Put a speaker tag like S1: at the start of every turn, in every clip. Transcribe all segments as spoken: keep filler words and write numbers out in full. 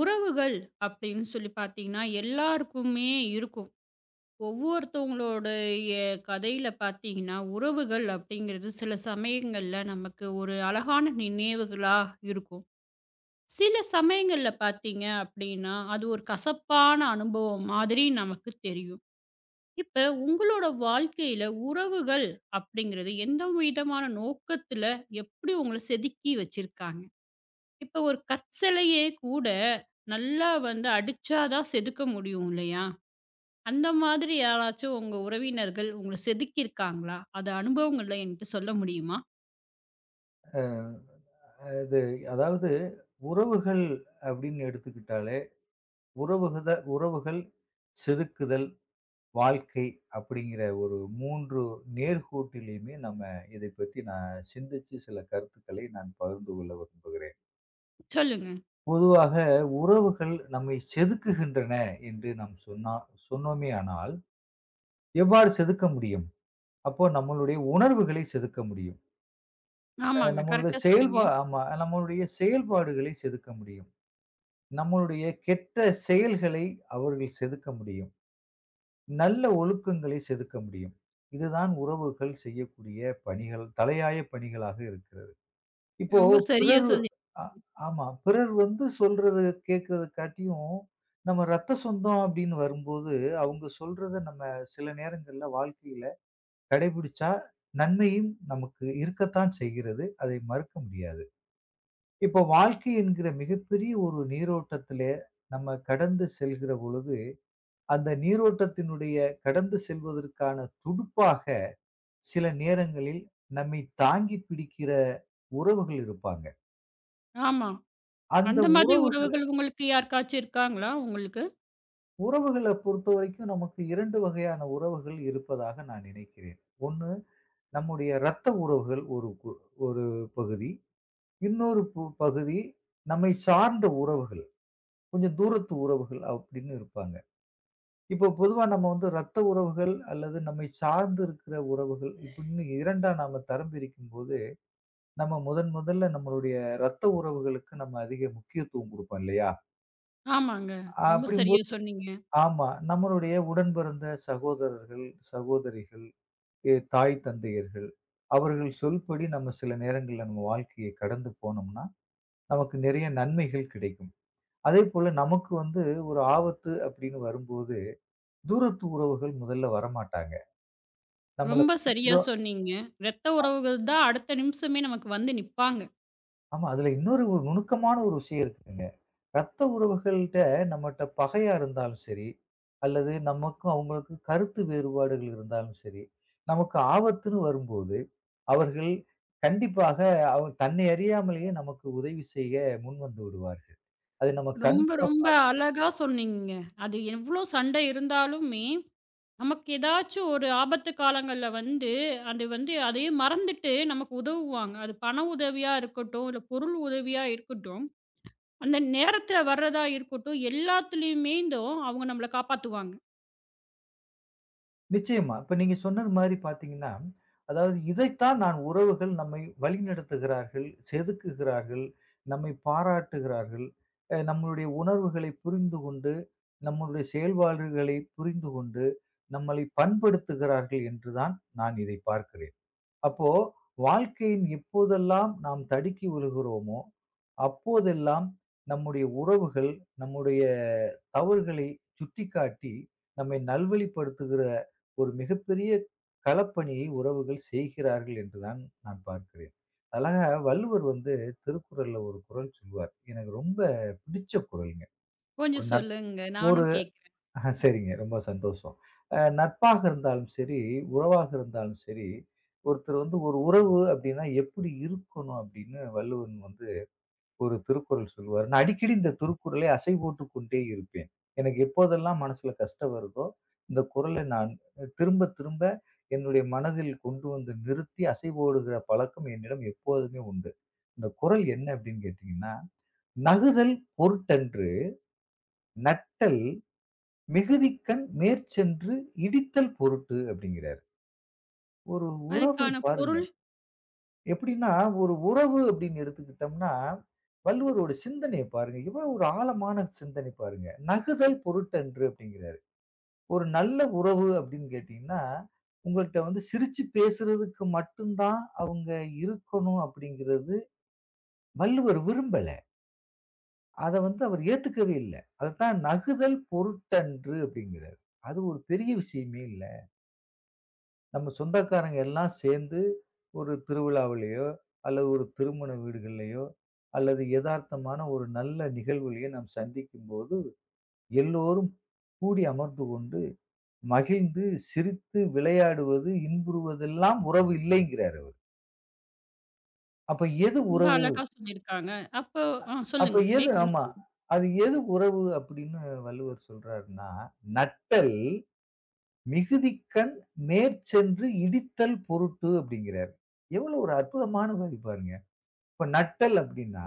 S1: உறவுகள் அப்படின்னு சொல்லி பார்த்தீங்கன்னா, எல்லாருக்குமே இருக்கும். ஒவ்வொருத்தவங்களுடைய கதையில பார்த்தீங்கன்னா, உறவுகள் அப்படிங்கிறது சில சமயங்கள்ல நமக்கு ஒரு அழகான நினைவுகளா இருக்கும். சில சமயங்கள்ல பார்த்தீங்க அப்படின்னா, அது ஒரு கசப்பான அனுபவம் மாதிரி நமக்கு தெரியும். இப்ப உங்களோட வாழ்க்கையில உறவுகள் அப்படிங்கிறது எந்த விதமான நோக்கத்துல எப்படி உங்கள செதுக்கி வச்சிருக்காங்க? இப்ப ஒரு கற்சலையே கூட நல்லா வந்து அடிச்சா தான் செதுக்க முடியும் இல்லையா? அந்த மாதிரி யாராச்சும் உங்க உறவினர்கள் உங்கள செதுக்கியிருக்காங்களா? அது அனுபவங்கள்ல என்கிட்ட சொல்ல முடியுமா?
S2: அது அதாவது உறவுகள் அப்படின்னு எடுத்துக்கிட்டாலே, உறவுகத உறவுகள், செதுக்குதல், வாழ்க்கை அப்படிங்கிற ஒரு மூன்று நேர்கோட்டிலயுமே நம்ம இதைப் பத்தி நான் சிந்திச்சு சில கருத்துக்களை நான் பகிர்ந்து கொள்ள விரும்புகிறேன்.
S1: சொல்லுங்க.
S2: பொதுவாக உறவுகள் நம்மை செதுக்குகின்றன என்று நாம் சொன்னா சொன்னோமேயானால், எவ்வாறு செதுக்க முடியும்? அப்போ நம்மளுடைய உணர்வுகளை செதுக்க முடியும். அ
S1: ஆமாங்க.
S2: நம்மளுடைய
S1: கரெக்ட்டா சொன்னீங்க.
S2: செயல்பா ஆமா. நம்மளுடைய செயல்பாடுகளை செதுக்க முடியும். நம்மளுடைய கெட்ட செயல்களை அவர்கள் செதுக்க முடியும். நல்ல ஒழுக்கங்களை செதுக்க முடியும். இதுதான் உறவுகள் செய்யக்கூடிய பணிகள், தலையாய பணிகளாக இருக்கிறது. இப்போ
S1: ரொம்ப சரியா
S2: பிறர்
S1: சொல்லி
S2: அ ஆமா. பிறர் வந்து சொல்றத கேட்கிறதக்காட்டியும், நம்ம ரத்த சொந்தம் அப்படின்னு வரும்போது, அவங்க சொல்றத நம்ம சில நேரங்கள்ல வாழ்க்கையில கடைபிடிச்சா, நன்மையும் நமக்கு இருக்கத்தான் செய்கிறது. அதை மறுக்க முடியாது. இப்போ வாழ்க்கை என்கிற மிகப்பெரிய ஒரு நீரோட்டத்திலே நம்ம கடந்து செல்கிற பொழுது, அந்த நீரோட்டத்தினுடைய கடந்து செல்வதற்கான துடுப்பாக சில நேரங்களில் நம்மை தாங்கி பிடிக்கிற உறவுகள் இருப்பாங்க.
S1: ஆமா.
S2: அந்த
S1: அந்த மாதிரி
S2: உறவுகள
S1: உறவுகள் உங்களுக்கு யாருக்காச்சும் இருக்காங்களா உங்களுக்கு?
S2: உறவுகள பொறுத்தவரைக்கும் நமக்கு இரண்டு வகையான உறவுகள் இருப்பதாக நான் நினைக்கிறேன். ஒன்று. நம்முடைய இரத்த உறவுகள் ஒரு கு ஒரு பகுதி. இன்னொரு பு பகுதி நம்மை சார்ந்த உறவுகள். கொஞ்சம் தூரத்து உறவுகள் அப்படின்னு இருப்பாங்க. இப்போ பொதுவா நம்ம வந்து ரத்த உறவுகள் அல்லது நம்மை சார்ந்து இருக்கிற உறவுகள் இப்படின்னு இரண்டா நாம தரம் பிரிக்கும்போது, நம்ம முதன் முதல்ல நம்மளுடைய ரத்த உறவுகளுக்கு நம்ம அதிக முக்கியத்துவம் குடுப்போம் இல்லையா?
S1: ஆமாங்க. ரொம்ப சரியா
S2: அப்படிங்கும்போது
S1: சொன்னீங்க.
S2: ஆமா. நம்மளுடைய உடன் பிறந்த சகோதரர்கள், சகோதரிகள், எ தாய் தந்தையர்கள், அவர்கள் சொல்படி நம்ம சில நேரங்கள்ல நம்ம வாழ்க்கையை கடந்து போனோம்னா, நமக்கு நிறைய நன்மைகள் கிடைக்கும். அதேபோல நமக்கு வந்து ஒரு ஆபத்து அப்படின்னு வரும்போது, தூரத்து உறவுகள் முதல்ல வரமாட்டாங்க. நம்மள
S1: ரொம்ப சரியா சொன்னீங்க. ரத்த உறவுகள் தான் அடுத்த நிமிஷமே நமக்கு வந்து நிப்பாங்க.
S2: ஆமா. அதுல இன்னொரு ஒரு நுணுக்கமான ஒரு விஷயம் இருக்குங்க. ரத்த உறவுகள்ட்ட நம்மட்ட பகையா இருந்தாலும் சரி, அல்லது நமக்கும் அவங்களுக்கும் கருத்து வேறுபாடுகள் இருந்தாலும் சரி, நமக்கு ஆபத்துன்னு வரும்போது, அவர்கள் கண்டிப்பாக அவ தன்னை அறியாமலேயே நமக்கு உதவி செய்ய முன்வந்து விடுவார்கள். அது நம்ம கண்
S1: ரொம்ப ரொம்ப அழகா சொன்னீங்க. அது எவ்ளோ சண்டை இருந்தாலுமே நமக்கு ஏதாச்சும் ஒரு ஆபத்து காலங்கள்ல வந்து, அது வந்து அதையே மறந்துட்டு நமக்கு உதவுவாங்க. அது பண உதவியா இருக்கட்டும், இல்ல பொருள் உதவியா இருக்கட்டும், அந்த நேரத்துல வர்றதா இருக்கட்டும், எல்லாத்துலயுமேந்தும் அவங்க நம்மள காப்பாத்துவாங்க.
S2: நிச்சயமா. இப்ப நீங்க சொன்னது மாரி பார்த்தீங்கன்னா, அதாவது இதைத்தான் நான் உறவுகள் நம்மை வழிநடத்துகிறார்கள், செதுக்குகிறார்கள், நம்மை பாராட்டுகிறார்கள். அ நம்மளுடைய உணர்வுகளை புரிந்து கொண்டு, நம்மளுடைய செயல்பாடுகளை புரிந்து கொண்டு, நம்மளை பண்படுத்துகிறார்கள் என்றுதான் நான் இதை பார்க்கிறேன். அப்போ வாழ்க்கையின் எப்போதெல்லாம் நாம் தடுக்கி விழுகிறோமோ, அப்போதெல்லாம் நம்முடைய உறவுகள், நம்முடைய தவறுகளை சுட்டிக்காட்டி, நம்மை நல்வழிப்படுத்துகிற ஒரு மிகப்பெரிய களப்பணியை உறவுகள் செய்கிறார்கள் என்றுதான் நான் பார்க்கிறேன். அழகா வள்ளுவர் வந்து திருக்குறள்ல ஒரு குறள் சொல்லுவார். எனக்கு ரொம்ப பிடிச்ச குறள்ங்க. ஒரு
S1: கொஞ்சம் சொல்லுங்க,
S2: நட்போர்
S1: நானும் கேட்கிறேன்.
S2: ஆஹ சரிங்க. ரொம்ப சந்தோஷம். அ நட்பாக இருந்தாலும் சரி, உறவாக இருந்தாலும் சரி, ஒருத்தர் வந்து ஒரு உறவு அப்படின்னா எப்படி இருக்கணும் அப்படின்னு வள்ளுவன் வந்து ஒரு திருக்குறள் சொல்லுவாரு. நான் அடிக்கடி இந்த திருக்குறளை அசை போட்டுக் கொண்டே இருப்பேன். எனக்கு எப்போதெல்லாம் மனசுல கஷ்டம் வருதோ, இந்த குறளை நான் திரும்ப திரும்ப என்னுடைய மனதில் கொண்டு வந்து நிறுத்தி அசை போடுகிற பழக்கம் என்னிடம் எப்போதுமே உண்டு. இந்த குறள் என்ன அப்படின்னு கேட்டீங்கன்னா, "நகுதல் பொருட்டன்று நட்டல் மிகுதிக்கண் மேற்சென்று இடித்தல் பொருட்டு" அப்படிங்கிறாரு. ஒரு உறவு
S1: அதுக்கான
S2: பாருங்க.
S1: பொருள்
S2: எப்படின்னா, ஒரு உறவு அப்படின்னு எடுத்துக்கிட்டோம்னா, வள்ளுவரோட சிந்தனைய பாருங்க. எவ்வளவு ஒரு ஆழமான சிந்தனை பாருங்க. நகுதல் பொருட்டன்று அப்படிங்கிறாரு. ஒரு நல்ல உறவு அப்படின்னு கேட்டீங்கன்னா, உங்கள்ட்ட வந்து சிரிச்சு பேசுறதுக்கு மட்டும் தான் அவங்க இருக்கணும் அப்படிங்கிறது வள்ளுவர் விரும்பல. அத வந்து அவர் ஏத்துக்கவே இல்ல. அதத்தான் நகுதல் பொருட்டன்று அப்படிங்கிறாரு. அது ஒரு பெரிய விஷயமே இல்ல. நம்ம சொந்தக்காரங்க எல்லாம் சேர்ந்து ஒரு திருவிழாவிலயோ, அல்லது ஒரு திருமண வீடுகள்லயோ, அல்லது எதார்த்தமான ஒரு நல்ல நிகழ்வுலயோ நாம் சந்திக்கும்போது, எல்லோரும் கூடி அமர்ந்து கொண்டு, மகிழ்ந்து, சிரித்து, விளையாடுவது, இன்புறுவதெல்லாம் உறவு இல்லைங்கிறாரு அவரு. அப்ப எது
S1: ரொம்ப
S2: உறவு?
S1: அழகா சொல்லியிருக்காங்க. அப்போ ஆ
S2: அப்ப
S1: சொல்லுங்க.
S2: எது
S1: மேற்கொண்டு
S2: ஆமா.
S1: சொல்லுங்க.
S2: அது எது உறவு அப்படின்னு வள்ளுவர் சொல்றாருன்னா, "நட்டல் மிகுதிக்கண் மேற்சென்று இடித்தல் பொருட்டு" அப்படிங்கிறாரு. எவ்வளவு ஒரு அற்புதமான வரி பாருங்க! இப்ப நட்டல் அப்படின்னா,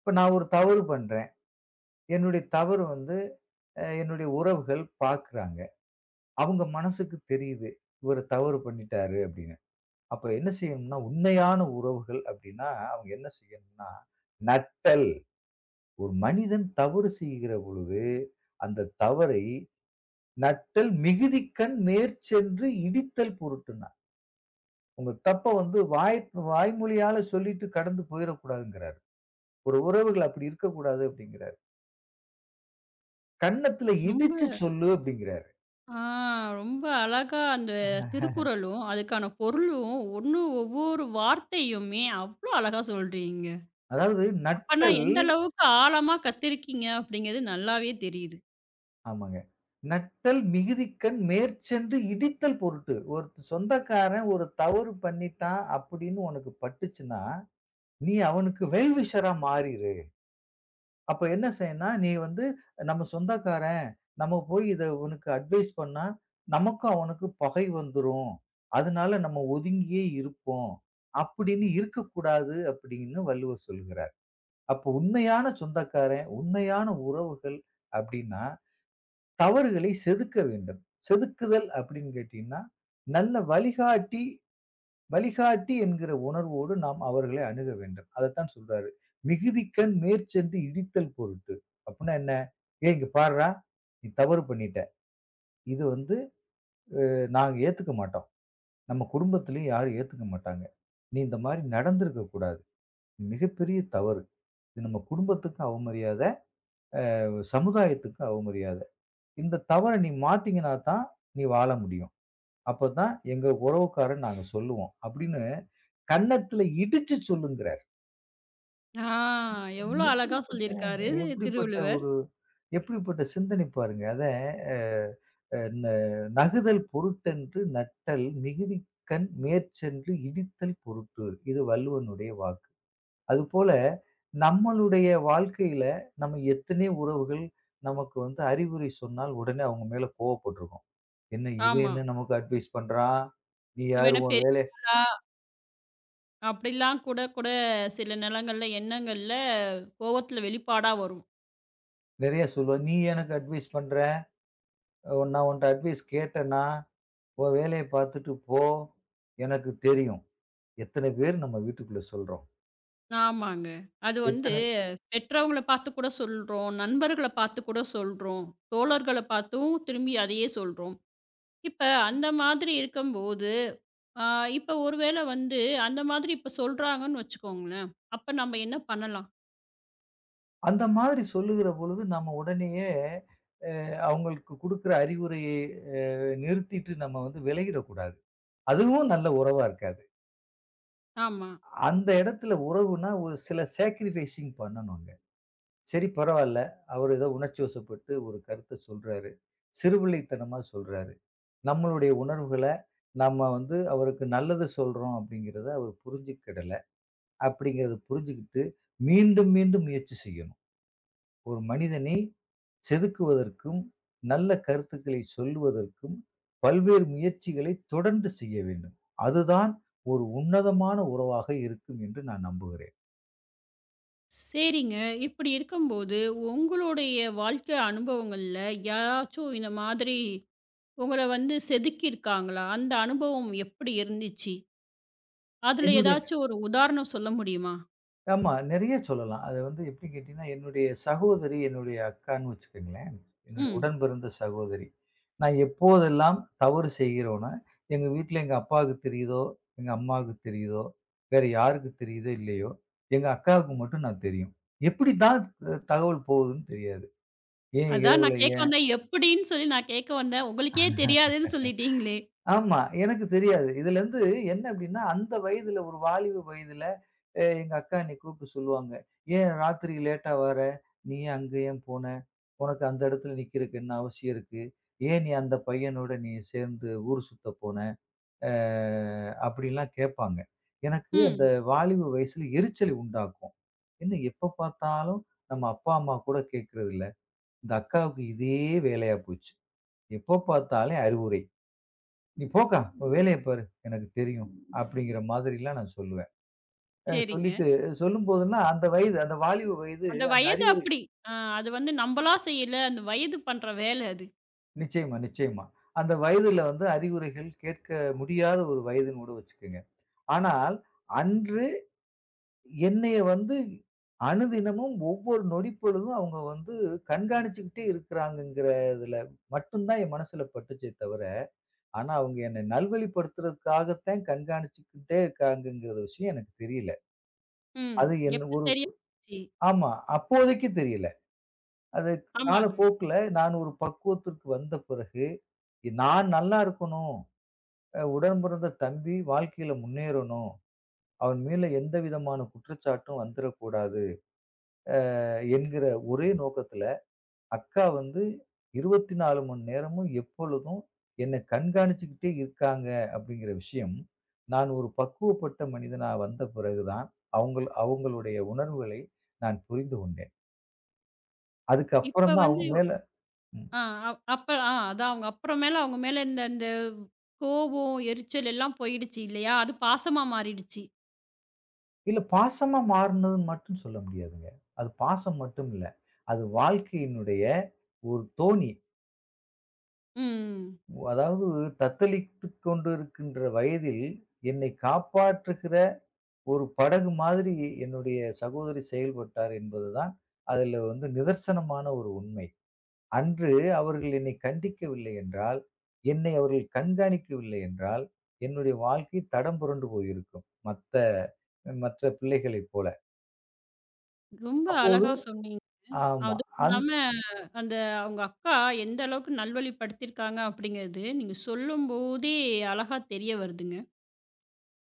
S2: இப்ப நான் ஒரு தவறு பண்றேன். என்னுடைய தவறு வந்து அ என்னுடைய உறவுகள் பார்க்குறாங்க. அவங்க மனசுக்கு தெரியுது. இவரு தவறு பண்ணிட்டாரு அப்படின்னு. அப்ப என்ன செய்யணும்னா, உண்மையான உறவுகள் அப்படின்னா, அவங்க என்ன செய்யணும்னா, நட்டல். ஒரு மனிதன் தவறு செய்கிற பொழுது, அந்த தவறை நட்டல் மிகுதிக்கண் மேற்சென்று இடித்தல் பொருட்டுன்னா. உங்க தப்ப வந்து வாய் வாய்மொழியால சொல்லிட்டு கடந்து போயிறக்கூடாதுங்கிறாரு. ஒரு உறவுகள் அப்படி இருக்கக்கூடாது அப்படிங்கிறாரு. கன்னத்துல
S1: ரொம்ப
S2: இடிச்சு சொல்லு அப்படிங்கிறாரு.
S1: ஆ ரொம்ப அழகா அந்த திருக்குறளும், அதுக்கான பொருளும் ஒண்ணு ஒவ்வொரு வார்த்தையுமே அவ்ளோ அழகா சொல்றீங்க.
S2: அதாவது
S1: அப்பன்னா
S2: நட்டல்
S1: எந்த அளவுக்கு ஆழமா கத்திருக்கீங்க அப்படிங்கிறது நல்லாவே தெரியுது.
S2: ஆமாங்க. நட்டல் மிகுதிக்கண் மேற்சென்று இடித்தல் பொருட்டு. ஒரு சொந்தக்காரன் ஒரு தவறு பண்ணிட்டான் அப்படின்னு உனக்கு பட்டுச்சுன்னா, நீ அவனுக்கு வெல் விஷரா மாறிரு. அப்ப என்ன செய்யணும்னா, நீ வந்து நம்ம சொந்தக்காரன். நம்ம போய் இத இவனுக்கு அட்வைஸ் பண்ணா, நமக்கும் அவனுக்கும் பகை வந்துரும். அதனால நம்ம ஒதுங்கியே இருப்போம். அப்படின்னு இருக்கக்கூடாது அப்படின்னு வள்ளுவர் சொல்லுகிறார். அப்போ உண்மையான சொந்தக்காரன், உண்மையான உறவுகள் அப்டின்னா, தவறுகளை செதுக்க வேண்டும். செதுக்குதல் அப்படின்னு கேட்டீங்கன்னா, நல்ல வழிகாட்டி வழிகாட்டி என்கிற உணர்வோடு நாம் அவர்களை அணுக வேண்டும். அதத்தான் சொல்றாரு. "மிகுதிக்கண் மேற்சென்று இடித்தல் பொருட்டு." அப்புட்ன்னா என்ன? "ஏய் இங்க பார்றா, நீ தவறு பண்ணிட்ட. இது வந்து அஹ், நாங்க ஏத்துக்க மாட்டோம். நம்ம குடும்பத்திலயும் யாரும் ஏத்துக்க மாட்டாங்க. நீ இந்த மாரி நடந்திருக்க கூடாது. மிகப்பெரிய தவறு. இது நம்ம குடும்பத்துக்கு அவமரியாத. சமுதாயத்துக்கு அவமரியாதை. இந்த தவற நீ மாத்தீங்கன்னா தான், நீ வாழ முடியும். அப்பதான் எங்க உறவுக்காரன்னு நாங்க சொல்லுவோம்." அப்படின்னு கன்னத்துல இடிச்சு சொல்லுங்கிறார்.
S1: ஆ எவ்வளோ அழகா
S2: எப்படிப்பட்ட
S1: சொல்லியிருக்காரு
S2: எப்படிப்பட்ட
S1: திருவள்ளுவர்.
S2: ஒரு எப்படிப்பட்ட சிந்தனை பாருங்க. அத அ அ ந நகுதல் பொருட்டன்று நட்டல் மிகுதிக்கண் மேற்சென்று இடித்தல் பொருட்டு. இது வள்ளுவனுடைய வாக்கு. அதுபோல நம்மளுடைய வாழ்க்கையில நம்ம எத்தனையோ உறவுகள் நமக்கு வந்து அறிவுரை சொன்னால் உடனே அவங்க மேல கோவப்பட்டுருக்கோம். "என்ன இவன்
S1: ஆமா.
S2: என்ன நமக்கு அட்வைஸ் பண்றான்? நீ யாரு
S1: இவன
S2: உன்
S1: பெரிய
S2: வேலைய."
S1: ஆளா அப்படிலாம் கூட கூட சில நிலங்கள்ல எண்ணங்கள்ல கோவத்துல வெளிப்பாடா வரும்.
S2: நெறைய சொல்லுவா. "நீ எனக்கு அட்வைஸ் பண்ற? உன் நான் உன்ட்ட அட்வைஸ் கேட்டேனா? உன் வேலைய பார்த்துட்டு போ. எனக்கு தெரியும்." எத்தன பேர் நம்ம வீட்டுக்குள்ள சொல்றோம்.
S1: ஆமாங்க. அது வந்து
S2: எத்தன
S1: பெற்றவங்கள பார்த்து கூட சொல்றோம். நண்பர்கள பார்த்து கூட சொல்றோம். தோழர்கள பார்த்தும் திரும்பி அதையே சொல்றோம். இப்ப அந்த மாதிரி இருக்கும்போது, ஆ இப்ப ஒருவேள வந்து அந்த மாதிரி இப்ப சொல்றாங்கன்னு வச்சுக்கோங்களேன். அப்ப நம்ம என்ன பண்ணலாம்?
S2: அந்த மாதிரி சொல்லுகிற பொழுது நம்ம உடனேயே அ அவங்களுக்கு குடுக்குற அறிவுரையை அ நிறுத்திட்டு நம்ம வந்து விலகிடக்கூடாது. அதுவும் நல்ல உறவா இருக்காது.
S1: ஆமா.
S2: அந்த இடத்துல உறவுனா, ஒரு சில சேக்ரிஃபைசிங் பண்ணணுங்க. சரி பரவால்ல. அவரு ஏதோ உணர்ச்சி வசப்பட்டு ஒரு கருத்த சொல்றாரு. சிறுபிள்ளைத்தனமா சொல்றாரு. நம்மளுடைய உணர்வுகள நம்ம வந்து அவருக்கு நல்லது சொல்றோம் அப்படிங்கிறத அவர் புரிஞ்சுக்கிடல. அப்படிங்கிறத புரிஞ்சுகிட்டு மீண்டும், மீண்டும் முயற்சி செய்யணும். ஒரு மனிதனை செதுக்குவதற்கும், நல்ல கருத்துக்களை சொல்லுவதற்கும், பல்வேறு முயற்சிகளை தொடர்ந்து செய்ய வேண்டும். அதுதான் ஒரு உன்னதமான உறவாக இருக்கும் என்று நான் நம்புகிறேன்.
S1: சரிங்க. இப்படி இருக்கும்போது, உங்களுடைய வாழ்க்கை அனுபவங்கள்ல யாராச்சும் இந்த மாதிரி உங்கள வந்து செதுக்கியிருக்காங்களா? அந்த அனுபவம் எப்படி இருந்துச்சு? அதுல
S2: என்னுடைய
S1: ஏதாச்சும் ஒரு உதாரணம் சொல்ல முடியுமா?
S2: ஆமா. நெறைய சொல்லலாம். அது வந்து எப்டி கேட்டீங்கன்னா, என்னுடைய சகோதரி, என்னுடைய அக்கான்னு வச்சுக்கங்களேன். என்னுடைய
S1: ம்.
S2: உடன் பிறந்த சகோதரி. நான் எப்போதெல்லாம் தவறு செய்கிறோனோ, எங்க வீட்ல எங்க அப்பாவுக்கு தெரியுதோ, எங்க அம்மாவுக்கு தெரியுதோ, வேற யாருக்கு தெரியுதோ இல்லையோ, எங்க அக்காவுக்கு மட்டும் நான் தெரியும். எப்டி தான் தகவல் போகுதுன்னு தெரியாது. ஏன்
S1: அதான்
S2: இரவுல
S1: நான் கேட்க வந்தேன். எப்படின்னு சொல்லி நான் கேட்க வந்தேன். உங்களுக்கே தெரியாதுன்னு
S2: ஏன்
S1: சொல்லிட்டீங்களே!
S2: ஆமா. எனக்கு தெரியாது. இதுலருந்து என்ன அப்டின்னா, அந்த வயதுல ஒரு வாலிப வயதுல அ எங்க அக்கா என்னைய கூப்ட்டு சொல்லுவாங்க. "ஏன் ராத்திரி லேட்டா வர? நீ ஏன் அங்க ஏன் போன? உனக்கு அந்த இடத்துல நிக்கிறதுக்கு என்ன அவசியம் இருக்கு? ஏன் நீ அந்த பையனோட நீ சேர்ந்து ஊர் சுத்த போன?" அ அப்டிலாம் கேட்பாங்க. எனக்கு அந்த
S1: ம்.
S2: வாலிப வயசுல எரிச்சலை உண்டாக்கும். என்ன எப்ப பார்த்தாலும் நம்ம அப்பா, அம்மா கூட கேட்கறதில்ல. இந்த அக்காவுக்கு இதே வேலையா போச்சு. எப்ப பார்த்தாலும் அறிவுரை. "நீ போக்கா! உன் வேலைய பாரு. எனக்கு தெரியும்." அப்படிங்கிற மாதிரிலாம் நான் சொல்லுவேன். அ
S1: சரிங்க.
S2: சொல்லிட்டு சொல்லும்போதுன்னா, அந்த வயது அந்த வாலிப வயது
S1: அந்த
S2: அந்த
S1: வயது
S2: அறிவுரை
S1: அப்படி. அ அது வந்து நம்பளா செய்யல. அந்த வயது பண்ற வேலை அது.
S2: நிச்சயமா, நிச்சயமா. அந்த வயதுல வந்து அறிவுரைகள் கேட்க முடியாத ஒரு வயதுன்னு கூட வச்சுக்கங்க. ஆனால், அன்று என்னைய வந்து அணுதினமும் ஒவ்வொரு நொடிப்பொழுதும் அவங்க வந்து கண்காணிச்சுக்கிட்டே இருக்கிறாங்கங்கிறதுல மட்டும் தான் என் மனசுல பட்டுச்சே தவிர, ஆனா அவங்க என்னை நல்வழிப்படுத்துறதுக்காகத்தான் கண்காணிச்சுக்கிட்டே இருக்காங்கங்கிற விஷயம் எனக்கு தெரியல.
S1: ம்.
S2: அது என்ன
S1: எப்ப
S2: ஒரு
S1: தெரிய வந்துச்சு?
S2: ஆமா. அப்போதைக்கு தெரியல. அது
S1: ஆமாங்க.
S2: காலப்போக்குல நான் ஒரு பக்குவத்திற்கு வந்த பிறகு, நான் நல்லா இருக்கணும். அ உடன் பிறந்த தம்பி வாழ்க்கையில முன்னேறணும். அவன் மேல எந்த விதமான குற்றச்சாட்டும் வந்துறக்கூடாது. அ என்கிற ஒரே நோக்கத்துல, அக்கா வந்து இருபத்தி நான்கு மணி நேரமும் எப்பொழுதும் என்ன கண்காணிச்சுக்கிட்டே இருக்காங்க அப்படிங்கிற விஷயம், நான் ஒரு பக்குவப்பட்ட மனிதனா வந்த பிறகு தான், அவங்கள் அவங்களுடைய உணர்வுகளை நான் புரிந்து கொண்டேன். அதுக்கு அப்புறம்
S1: இப்ப
S2: தான் அவங்க
S1: வந்து
S2: மேல ம்.
S1: ஆ அப் அப்ப ஆ அதான் அவங்க அப்புறமேல அவங்க மேல இந்த இந்த கோபம், எரிச்சல் எல்லாம் போயிடுச்சு இல்லையா? அது பாசமா மாறிடுச்சு.
S2: இல்ல, பாசமா மாறுனதுன்னு மட்டும் சொல்ல முடியாதுங்க. அது பாசம் மட்டும் இல்ல. அது வாழ்க்கையினுடைய ஒரு தோணி.
S1: ம்.
S2: அதாவது தத்தளித்துக் கொண்டிருக்கின்ற வயதில் என்னை காப்பாற்றுகிற ஒரு படகு மாதிரி என்னுடைய சகோதரி செயல்பட்டார் என்பதுதான் அதில வந்து நிதர்சனமான ஒரு உண்மை. அன்று அவர்கள் என்னை கண்டிக்கவில்லை என்றால், என்னை அவர்கள் கண்காணிக்கவில்லை என்றால், என்னுடைய வாழ்க்கை தடம் புரண்டு போயிருக்கும். மத்த மற்ற பிள்ளைகளைப் போல.
S1: ரொம்ப
S2: அப்போது
S1: அழகா சொன்னீங்க.
S2: ஆமா.
S1: அதுவும்
S2: அந்த
S1: இல்லாம அந்த அவங்க அக்கா எந்த அளவுக்கு நல்வழிப்படுத்தியிருக்காங்க அப்படிங்கிறது, நீங்க சொல்லும்போதே அழகா தெரிய வருதுங்க.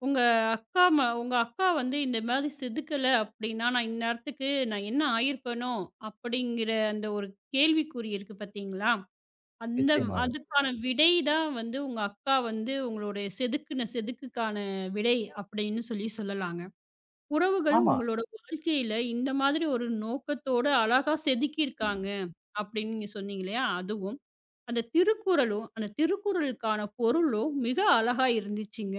S1: உங்க அக்கா ம உங்க அக்கா வந்து இந்த மாரி செதுக்கல அப்படின்னா, நான் இந்நேரத்துக்கு நான் என்ன ஆயிருப்பேனோ? அப்படிங்கிற அந்த ஒரு கேள்விக்குறி இருக்கு பார்த்தீங்களா? அந்த
S2: நிச்சயமாக.
S1: அதுக்கான விடை தான் வந்து உங்க அக்கா வந்து உங்களுடைய செதுக்குன செதுக்குக்கான விடை அப்படின்னு சொல்லி சொல்லலாங்க. உறவுகள்
S2: ஆமா.
S1: உங்களோட வாழ்க்கையில இந்த மாதிரி ஒரு நோக்கத்தோட அழகா செதுக்கியிருக்காங்க அப்படின்னு நீங்க சொன்னீங்க இல்லையா? அதுவும், அந்த திருக்குறளும், அந்த திருக்குறளுக்கான பொருளும் மிக அழகா இருந்துச்சுங்க.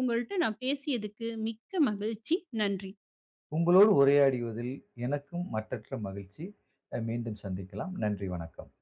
S1: உங்கள்ட்ட நான் பேசியதுக்கு மிக்க மகிழ்ச்சி. நன்றி.
S2: உங்களோடு உரையாடியதில் எனக்கும் மற்றற்ற மகிழ்ச்சி. அ மீண்டும் சந்திக்கலாம். நன்றி, வணக்கம்.